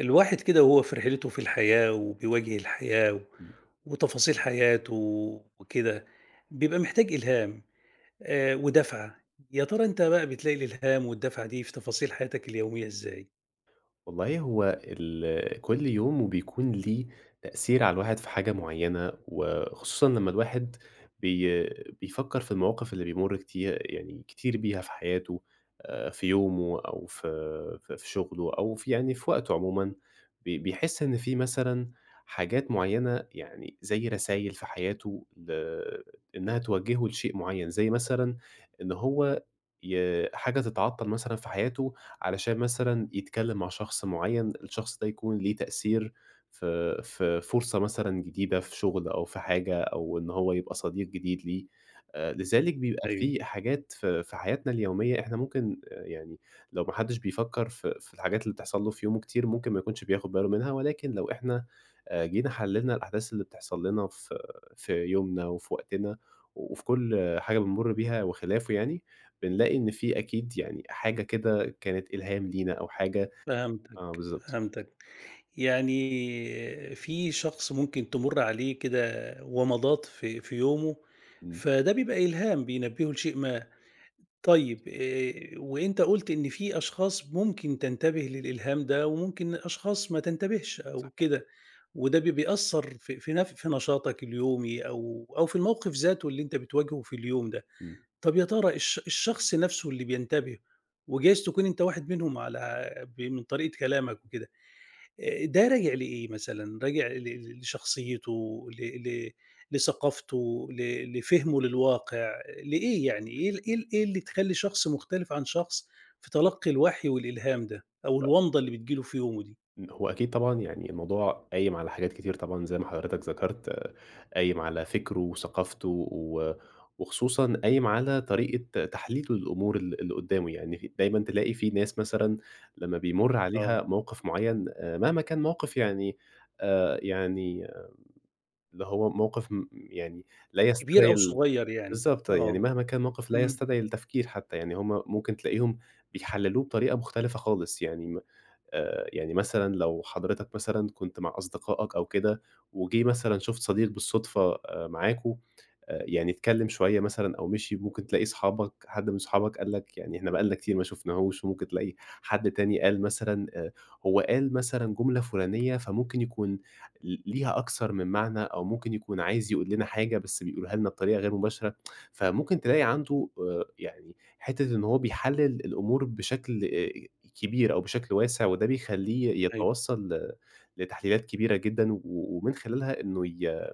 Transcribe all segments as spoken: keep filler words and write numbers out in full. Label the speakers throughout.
Speaker 1: الواحد كده وهو في رحلته في الحياة وبيواجه الحياة و-
Speaker 2: إمم.
Speaker 1: وتفاصيل حياته وكده بيبقى محتاج إلهام آه، ودفعة. يا ترى أنت بقى بتلاقي الإلهام والدفعة دي في تفاصيل حياتك اليومية إزاي؟
Speaker 2: والله هو ال كل يوم وبيكون ليه تأثير على الواحد في حاجة معيّنة، وخصوصًا لمّا الواحد بي بيفكّر في المواقف اللي بيمُر كتير يعني كتير بيها في حياته، آآ، في يومه أو في في في شغله أو في يعني في وقته عمومًا. بي بيحس إن في مثلًا حاجات معيّنة يعني زي رسايل في حياته ل إنها توجّهه لشيء معيّن، زي مثلًا إن هو ي حاجة تتعطّل مثلًا في حياته علشان مثلًا يتكلّم مع شخص معيّن، الشخص ده يكون ليه تأثير في في فرصة مثلًا جديدة في شُغل أو في حاجة أو إن هو يبقى صديق جديد ليه. آآ لذلك بيبقى
Speaker 1: أيوه.
Speaker 2: في حاجات في في حياتنا اليومية إحنا ممكن، آآ يعني لو ما حدّش بيفكّر في في الحاجات اللي بتحصل له في يومه كتير، ممكن ما يكونش بياخُد باله منها، ولكن لو إحنا آآ جينا حلّلنا الأحداث اللي بتحصل لنا في في يومنا وفي وقتنا وفي كل حاجة بنمُر بيها وخلافه يعني، بنلاقي إن في أكيد يعني حاجة كده كانت إلهام لينا أو حاجة. آه،
Speaker 1: فهمتك،
Speaker 2: بالضبط.
Speaker 1: فهمتك. يعني في شخص ممكن تمر عليه كده ومضات في في يومه،
Speaker 2: إمم،
Speaker 1: فده بيبقى إلهام بينبهه لشيء ما. طيب، آآ وأنت قُلت إن في أشخاص ممكن تنتبه للإلهام ده، وممكن أشخاص ما تنتبهش أو
Speaker 2: صح،
Speaker 1: كده، وده بي بيأثّر في في نف في نشاطك اليومي أو أو في الموقف ذاته اللي أنت بتواجهه في اليوم ده.
Speaker 2: إمم،
Speaker 1: طب يا ترى الش الشخص نَفْسه اللي بينتبه، وجايز تكون أنت واحد منهم، على ب من طريقة كلامك وكده، آآ ده راجع لإيه مثلًا؟ راجع ل ل لشخصيته، ل ل لثقافته، ل لفهمه للواقع، لإيه يعني؟ إيه ال إيه ال إيه اللي تخلّي شخص مختلف عن شخص في تلقّي الوحي والإلهام ده، أو الوَمضة اللي بتيجي له في يومه دي؟
Speaker 2: إمم. هو أكيد طبعًا يعني الموضوع قايم على حاجات كتير طبعًا زي ما حضرتك ذكرت، قايم على فكره وثقافته، و وخصوصًا قايم على طريقة تحليله للأمور ال اللي قدّامه. يعني في دايمًا تلاقي في ناس مثلًا لمّا بيمُر
Speaker 1: آه.
Speaker 2: عليها موقف معيّن، آآ مهما كان موقف يعني، آآ يعني اللي هو موقف م يعني لا
Speaker 1: كبير
Speaker 2: يستدعي
Speaker 1: أو
Speaker 2: ال
Speaker 1: صغير يعني؟
Speaker 2: بالضبط، يعني
Speaker 1: آه.
Speaker 2: مهما كان موقف لا
Speaker 1: إمم.
Speaker 2: يستدعي التفكير حتى، يعني هم ممكن تلاقيهم بيحلّلوه بطريقة مختلفة خالص. يعني م آآ، يعني مثلًا لو حضرتك مثلًا كنت مع أصدقائك أو كده، وجِه مثلًا شُفت صديق بالصدفة آآ معاكم، آآ يعني اتكلّم شوية مثلًا أو مشي، ممكن تلاقي صحابك حد من صحابك قال لك يعني إحنا بقى لنا كتير ما شُفناهوش، وممكن تلاقي حد تاني قال مثلًا، آآ هو قال مثلًا جملة فُلانية، فممكن يكون ل ليها أكتر من معنى أو ممكن يكون عايز يقول لنا حاجة بس بيقولها لنا بطريقة غير مباشرة، فممكن تلاقي عنده، آآ يعني حتّة إن هو بيحلّل الأمور بشكل، آآ كبير أو بشكل واسع، وده بيخلّيه
Speaker 1: أيوه.
Speaker 2: يتوصّل ل لتحليلات كبيرة جدًا، و ومن خلالها إنه ي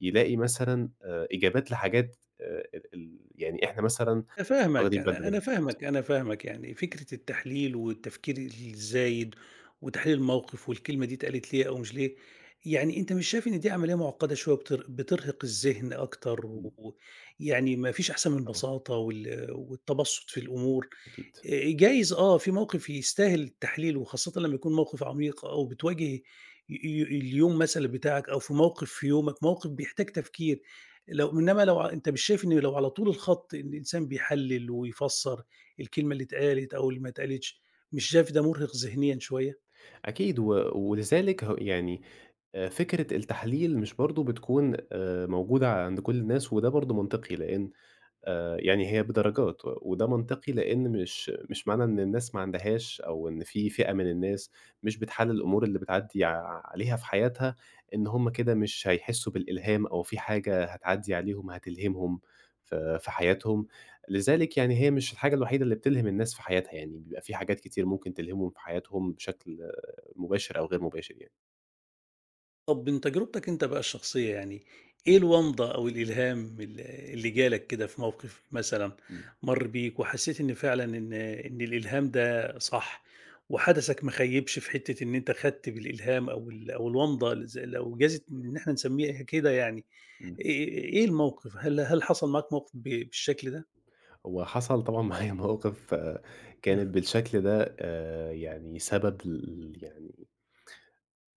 Speaker 2: يلاقي مثلًا، آآ إجابات لحاجات، آآ ال ال يعني إحنا مثلًا
Speaker 1: أنا
Speaker 2: مش
Speaker 1: فاهمك،
Speaker 2: واخدين بالنا منها
Speaker 1: أنا
Speaker 2: بالضبط.
Speaker 1: فاهمك، أنا فاهمك. يعني فكرة التحليل والتفكير الزايد وتحليل الموقف والكلمة دي اتقالت ليه أو مش ليه، يعني أنت مش شايف إن دي عملية معقدة شوية بتر بترهق الذهن أكتر
Speaker 2: إمم،
Speaker 1: و يعني ما فيش أحسن من
Speaker 2: طبعًا،
Speaker 1: البساطة وال والتبسط في الأمور؟
Speaker 2: أكيد.
Speaker 1: آآ جايز، آه، في موقف يستاهل التحليل، وخاصةً لمّا يكون موقف عميق أو بتواجه ي ي اليوم مثلًا بتاعك أو في موقف في يومك، موقف بيحتاج تفكير، لو إنّما لو ع أنت مش شايف إن لو على طول الخط إن الإنسان بيحلِّل ويفسّر الكلمة اللي اتقالت أو اللي ما اتقالتش، مش شايف ده مُرهق ذهنيًا شوية؟
Speaker 2: أكيد و ولذلك ه يعني، آآ فكرة التحليل مش برضه بتكون، آآ موجودة عند كل الناس، وده برضه منطقي لإن، آآ يعني هي بدرجات، و وده منطقي لإن مش مش معنى إن الناس ما عندهاش أو إن في فئة من الناس مش بتحلّل الأمور اللي بتعدّي ع- عليها في حياتها، إن هم كده مش هيحسّوا بالإلهام أو في حاجة هتعدّي عليهم هتلهمهم في في حياتهم. لذلك يعني هي مش الحاجة الوحيدة اللي بتلهم الناس في حياتها يعني، بيبقى في حاجات كتير ممكن تلهمهم في حياتهم بشكل، آه، مباشر أو غير مباشر يعني.
Speaker 1: طب من تجربتك أنت بقى الشخصية يعني، إيه الومضة أو الإلهام ال اللي جالك كده في موقف مثلًا
Speaker 2: إمم،
Speaker 1: مَر بيك، وحسيت إن فعلًا إن إن الإلهام ده صح، وحدسك ما خيّبش في حتة إن أنت خدت بالإلهام أو ال أو الومضة ال ز لو جازت إن إحنا نسميها كده يعني، إ
Speaker 2: إمم.
Speaker 1: إيه الموقف؟ هل هل حصل معاك موقف ب بالشكل ده؟
Speaker 2: هو حصل طبعًا معايا مواقف، آه، كانت بالشكل ده، آآ يعني سبب ل يعني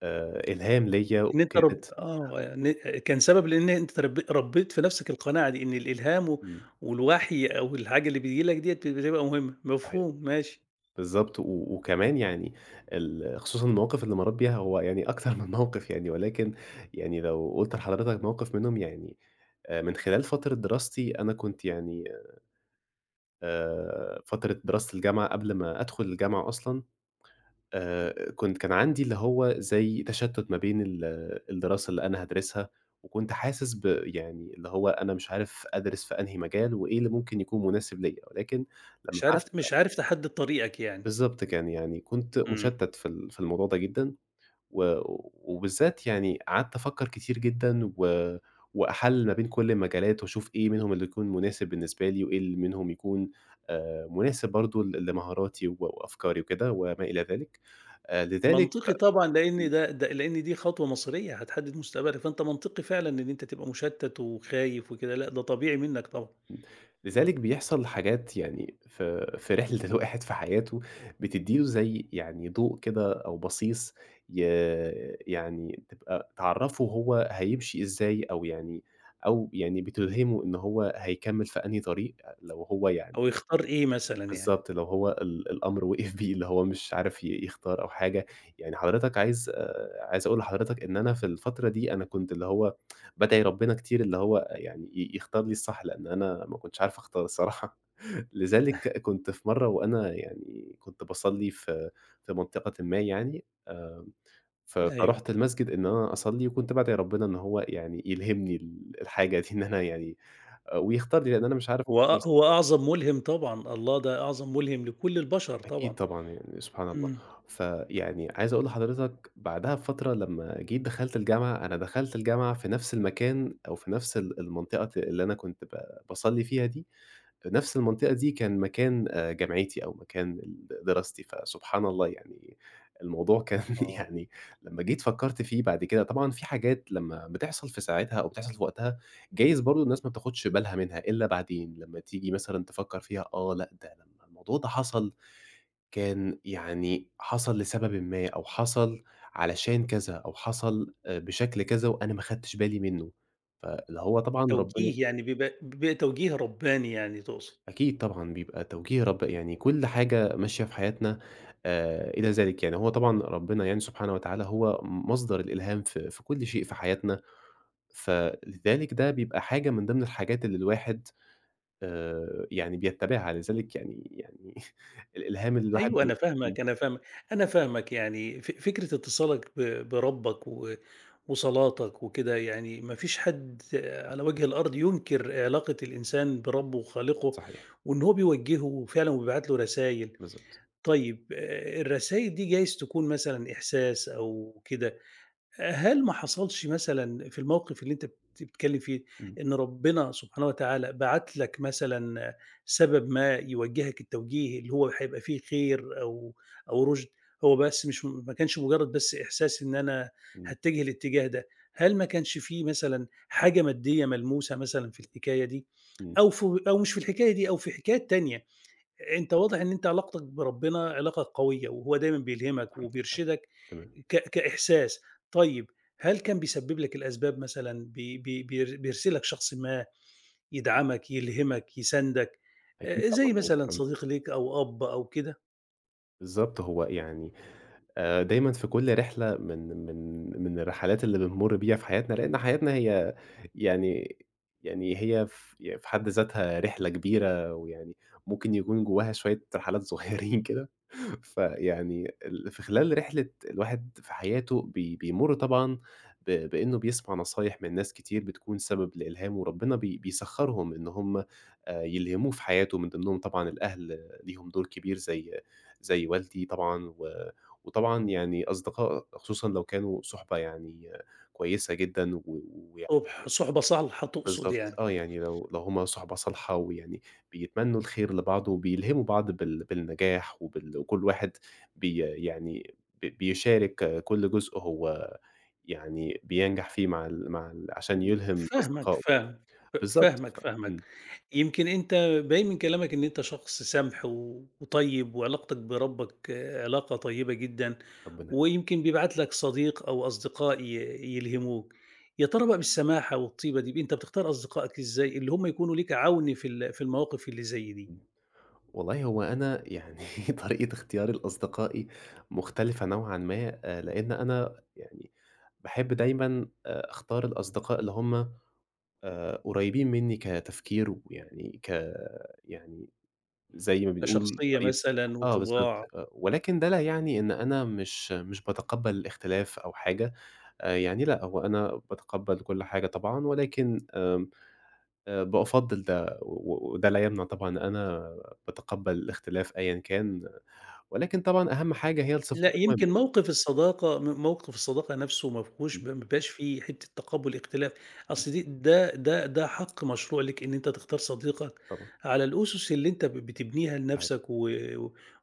Speaker 2: آآ إلهام ليّا
Speaker 1: إن أنت رب
Speaker 2: وكانت.
Speaker 1: آه، يعني كان سبب لإن أنت رب ربّيت في نَفْسك القناعة دي، إن الإلهام و
Speaker 2: إمم،
Speaker 1: والوحي أو الحاجة اللي بتيجي لك ديّة بتبقى مهمة،
Speaker 2: صحيح،
Speaker 1: مفهوم، ماشي.
Speaker 2: بالضبط، و وكمان يعني ال خصوصًا المواقف اللي مرّيت بيها هو يعني أكتر من موقف يعني، ولكن يعني لو قُلت لحضرتك موقف منهم يعني، آآ من خلال فترة دراستي أنا كنت يعني، آآ فترة دراسة الجامعة قبل ما أدخل الجامعة أصلًا، آآ كنت كان عندي اللي هو زي تشتُّت ما بين ال الدراسة اللي أنا هادرسها، وكنت حاسس ب يعني اللي هو أنا مش عارف أدرس في أنهي مجال وإيه اللي ممكن يكون مناسب ليّا، ولكن لمّا
Speaker 1: مش عارف
Speaker 2: قعدت،
Speaker 1: مش عارف تحدّد طريقك يعني.
Speaker 2: بالضبط، كان يعني كنت
Speaker 1: إمم.
Speaker 2: مشتَّت في ال في الموضوع ده جدًا، و وبالذات يعني قعدت أفكّر كتير جدًا، و وأحلّل ما بين كل المجالات وأشوف إيه منهم اللي يكون مناسب بالنسبة لي وإيه اللي منهم يكون، آآ مناسب برضه ل لمهاراتي، و وأفكاري وكده وما إلى ذلك. آآ لذلك،
Speaker 1: منطقي طبعًا، لإن ده ده لإن دي خطوة مصيرية هتحدّد مستقبلك، فأنت منطقي فعلًا إن أنت تبقى مُشتّت وخايف وكده، لأ ده طبيعي منّك طبعًا.
Speaker 2: إمم، لذلك بيحصل حاجات يعني في في رحلة الواحد في حياته بتدّي له زي يعني ضوء كده أو بصيص، ي يعني تبقى تعرّفه هو هيمشي إزاي أو يعني، أو يعني بتلهمه إن هو هيكمّل في أنهي طريق لو هو يعني.
Speaker 1: أو يختار إيه مثلًا يعني.
Speaker 2: بالضبط، لو هو ال الأمر وقف بيه، اللي هو مش عارف ي يختار أو حاجة. يعني حضرتك عايز، آآ، عايز أقول لحضرتك إن أنا في الفترة دي أنا كنت اللي هو بادعي ربنا كتير، اللي هو يعني ي يختار لي الصح، لأن أنا ما كنتش عارف أختار الصراحة. لذلك كنت في مرة وأنا يعني كنت باصلّي في في منطقةٍ ما يعني، آآ، ف
Speaker 1: أيوه.
Speaker 2: فرُحت المسجد إن أنا أصلّي، وكنت بادعي ربنا إن هو يعني يلهمني ال الحاجة دي، إن أنا يعني، آه، ويختار لي، لأن أنا مش عارف.
Speaker 1: هو أ هو أعظم مُلهم طبعًا، الله ده أعظم مُلهم لكل البشر
Speaker 2: أكيد
Speaker 1: طبعًا.
Speaker 2: طبعًا يعني سبحان الله.
Speaker 1: إمم.
Speaker 2: فيعني عايز أقول لحضرتك بعدها بفترة لمّا جيت دخلت الجامعة، أنا دخلت الجامعة في نفس المكان أو في نفس ال المنطقة ت اللي أنا كنت ب باصلّي فيها دي. نفس المنطقة دي كان مكان، آآ جامعتي أو مكان ال دراستي. فسبحان الله يعني الموضوع كان
Speaker 1: آه.
Speaker 2: يعني لمّا جيت فكّرت فيه بعد كده، طبعًا في حاجات لمّا بتحصل في ساعتها أو بتحصل في وقتها، جايز برضه الناس ما بتاخدش بالها منها إلا بعدين، لمّا تيجي مثلًا تفكّر فيها، آه لأ، ده لمّا الموضوع ده حصل كان يعني حصل لسببٍ ما أو حصل علشان كذا أو حصل، آآ بشكل كذا وأنا ما خدتش بالي منّه. فاللي هو طبعًا ربنا،
Speaker 1: توجيه يعني، بيبقى بيبقى توجيه ربّاني يعني تقصد.
Speaker 2: أكيد طبعًا بيبقى توجيه رب يعني كل حاجة ماشية في حياتنا آآ إلى ذلك يعني. هو طبعًا ربنا يعني سبحانه وتعالى هو مصدر الإلهام في في كل شيء في حياتنا، فلذلك ده بيبقى حاجة من ضمن الحاجات اللي الواحد، آآ يعني بيتّبعها. لذلك يعني يعني الإلهام اللي الواحد
Speaker 1: أيوه أنا
Speaker 2: بي
Speaker 1: فاهمك، أنا فاهمك، أنا فاهمك. يعني ف فكرة اتصالك ب بربّك و وصلاتك وكده، يعني ما فيش حد على وجه الأرض ينكر علاقة الإنسان بربّه وخالقه،
Speaker 2: صحيح،
Speaker 1: وإن هو بيوجّهه فعلًا وبيبعت له رسايل.
Speaker 2: بالضبط.
Speaker 1: طيب، آآ الرسايل دي جايز تكون مثلًا إحساس أو كده. هل ما حصلش مثلًا في الموقف اللي أنت بت بتتكلم فيه،
Speaker 2: إمم،
Speaker 1: إن ربنا سبحانه وتعالى بَعَت لك مثلًا سبب ما يوجّهك التوجيه اللي هو هيبقى فيه خير أو أو رُشد، هو بس مش ما كانش مجرّد بس إحساس إن أنا
Speaker 2: إمم،
Speaker 1: هاتجه الاتجاه ده، هل ما كانش في مثلًا حاجة مادية ملموسة مثلًا في الحكاية دي
Speaker 2: إمم.
Speaker 1: أو في أو مش في الحكاية دي أو في حكايات تانية؟ أنت واضح إن أنت علاقتك بربنا علاقة قوية، وهو دايمًا بيلهمك
Speaker 2: الحمد لله،
Speaker 1: وبيرشدك
Speaker 2: تمام.
Speaker 1: ك كإحساس. طيب، هل كان بيسبب لك الأسباب مثلًا، بي بي بير بيرسلك شخص ما يدعمك، يلهمك، يساندك،
Speaker 2: أكيد
Speaker 1: آآ زي مثلًا
Speaker 2: طبعًا.
Speaker 1: صديق ليك أو أب أو كده؟
Speaker 2: بالضبط، هو يعني، آآ دايمًا في كل رحلة من من من الرحلات اللي بنمُر بيها في حياتنا، لإن حياتنا هي يعني، يعني هي ف يعني في حد ذاتها رحلة كبيرة، ويعني ممكن يكون جواها شوية رحلات صغيّرين كده، فيعني ال في خلال رحلة الواحد في حياته بي بيمُر طبعًا ب بإنه بيسمع نصايح من ناس كتير بتكون سبب لإلهام، وربنا بي بيسخّرهم إن هم، آآ يلهموه في حياته. من ضمنهم طبعًا الأهل ليهم دور كبير، زي زي والدي طبعًا، و وطبعًا يعني أصدقاء خصوصًا لو كانوا صُحبة يعني، آه، كويسة جدًا، و
Speaker 1: صُبح
Speaker 2: ويعني،
Speaker 1: صُحبة صالحة تقصد
Speaker 2: بالضبط،
Speaker 1: يعني.
Speaker 2: آه، يعني لو لو هم صُحبة صالحة ويعني بيتمنّوا الخير لبعض وبيلهموا بعض بال بالنجاح وبال وكل واحد بي يعني ب بيشارك، آه، كل جزء هو يعني بينجح فيه مع ال مع ال عشان
Speaker 1: إمم.
Speaker 2: يلهم
Speaker 1: فاهمك،
Speaker 2: أصدقائه.
Speaker 1: فاهم ف
Speaker 2: بالضبط،
Speaker 1: فاهمك،
Speaker 2: ف
Speaker 1: فاهمك.
Speaker 2: إمم.
Speaker 1: يمكن أنت باين من كلامك إن أنت شخص سَمْح و وطيب، وعلاقتك بربّك علاقة طيبة جدًا،
Speaker 2: ربنا.
Speaker 1: ويمكن بيبعت لك صديق أو أصدقاء ي يلهموك. يا ترى بقى بالسماحة والطيبة دي، ب أنت بتختار أصدقائك إزاي اللي هم يكونوا ليك عَوْن في ال في المواقف اللي زي دي؟
Speaker 2: إمم. والله هو أنا يعني طريقة اختياري لأصدقائي مختلفة نوعًا ما. آآ، لإن أنا يعني باحب دايمًا، آآ، أختار الأصدقاء اللي هم، آآ، قريبين مني كتفكير ويعني ك يعني زي ما بنقول
Speaker 1: كشخصية
Speaker 2: طريقة،
Speaker 1: مثلًا
Speaker 2: آه بالضبط،
Speaker 1: وطباع؟
Speaker 2: آه، ولكن ده لا يعني إن أنا مش مش باتقبّل الاختلاف أو حاجة. آآ، يعني لأ هو أنا باتقبّل كل حاجة طبعًا، ولكن، آمم، آآ، بأفضّل ده، و و- وده لا يمنع طبعًا أنا باتقبّل الاختلاف أيًا كان. ولكن طبعًا أهم حاجة هي الصفات
Speaker 1: لأ،
Speaker 2: المهمة.
Speaker 1: يمكن موقف الصداقة، م موقف الصداقة نفسه ما
Speaker 2: إمم،
Speaker 1: فيهوش ما بيبقاش فيه حتّة تقبُّل اختلاف،
Speaker 2: إمم،
Speaker 1: أصل دي ده ده ده حق مشروع ليك إن أنت تختار صديقك
Speaker 2: طبعًا.
Speaker 1: على الأُسس اللي أنت ب بتبنيها
Speaker 2: صحيح.
Speaker 1: لنفسك و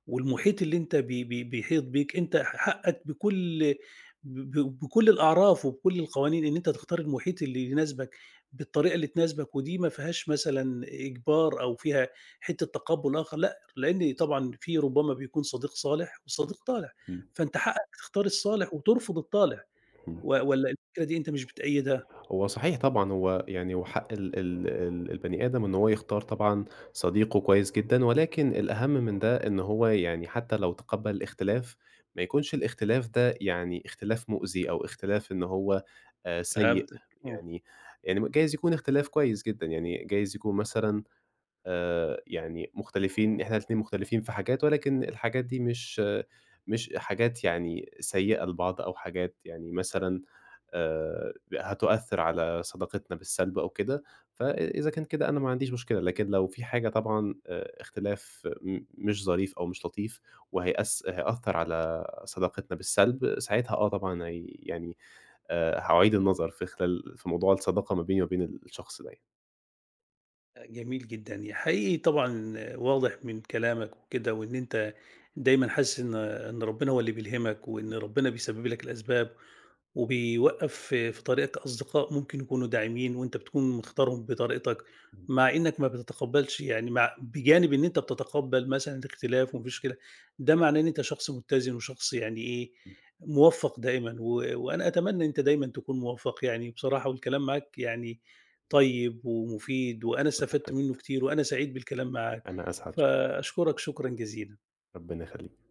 Speaker 1: والمحيط اللي أنت بي بي بيحيط بيك، أنت حقّك بكل ب ب بكل الأعراف وبكل القوانين إن أنت
Speaker 2: أكيد.
Speaker 1: تختار المحيط اللي يناسبك بالطريقة اللي تناسبك، ودي ما فيهاش مثلًا إجبار أو فيها حتّة تقبُّل آخر، لأ، لإن طبعًا في ربما بيكون صديق صالح وصديق طالح،
Speaker 2: إمم،
Speaker 1: فأنت حقك تختار الصالح وترفض الطالع.
Speaker 2: إمم.
Speaker 1: و والّا الفكرة دي أنت مش بتأيدها؟
Speaker 2: هو صحيح طبعًا، هو يعني وحق ال ال ال البني آدم إن هو يختار طبعًا صديقه كويس جدًا، ولكن الأهم من ده إن هو يعني حتى لو تقبّل الاختلاف، ما يكونش الاختلاف ده يعني اختلاف مؤذي أو اختلاف إن هو، آآ سيء.
Speaker 1: فهمتك. إمم.
Speaker 2: يعني يعني م جايز يكون اختلاف كويس جدًا، يعني جايز يكون مثلًا، آآ يعني مختلفين، إحنا الاتنين مختلفين في حاجات، ولكن الحاجات دي مش، آه، مش حاجات يعني سيئة لبعض أو حاجات يعني مثلًا، آآ هتؤثّر على صداقتنا بالسلب أو كده. فإذا كان كده أنا ما عنديش مشكلة، لكن لو في حاجة طبعًا، آآ اختلاف م مش ظريف أو مش لطيف وهيأث هيأثّر على صداقتنا بالسلب. ساعتها، آه، طبعًا هي يعني، آآ هاعيد النظر في خلال في موضوع الصداقة ما بيني وما بين الشخص ده يعني.
Speaker 1: جميل جدًا، يا حقيقي طبعًا واضح من كلامك وكده وإن أنت دايمًا حاسس إن إن ربنا هو اللي بيلهمك، وإن ربنا بيسبب لك الأسباب، وبيوقّف في في طريقك أصدقاء ممكن يكونوا داعمين، وأنت بتكون مختارهم بطريقتك، مع إنّك ما بتتقبّلش يعني، مع بجانب إن أنت بتتقبّل مثلًا الاختلاف وما فيش كده، ده معناه إن أنت شخص متّزن وشخص يعني إيه، موفّق دايمًا، و وأنا أتمنى أنت دايمًا تكون موفّق يعني، بصراحة والكلام معاك يعني طيب ومفيد، وأنا استفدت منّه كتير وأنا سعيد بالكلام معاك،
Speaker 2: أنا أسعد،
Speaker 1: فأشكرك شكرًا جزيلًا.
Speaker 2: ربنا يخليك.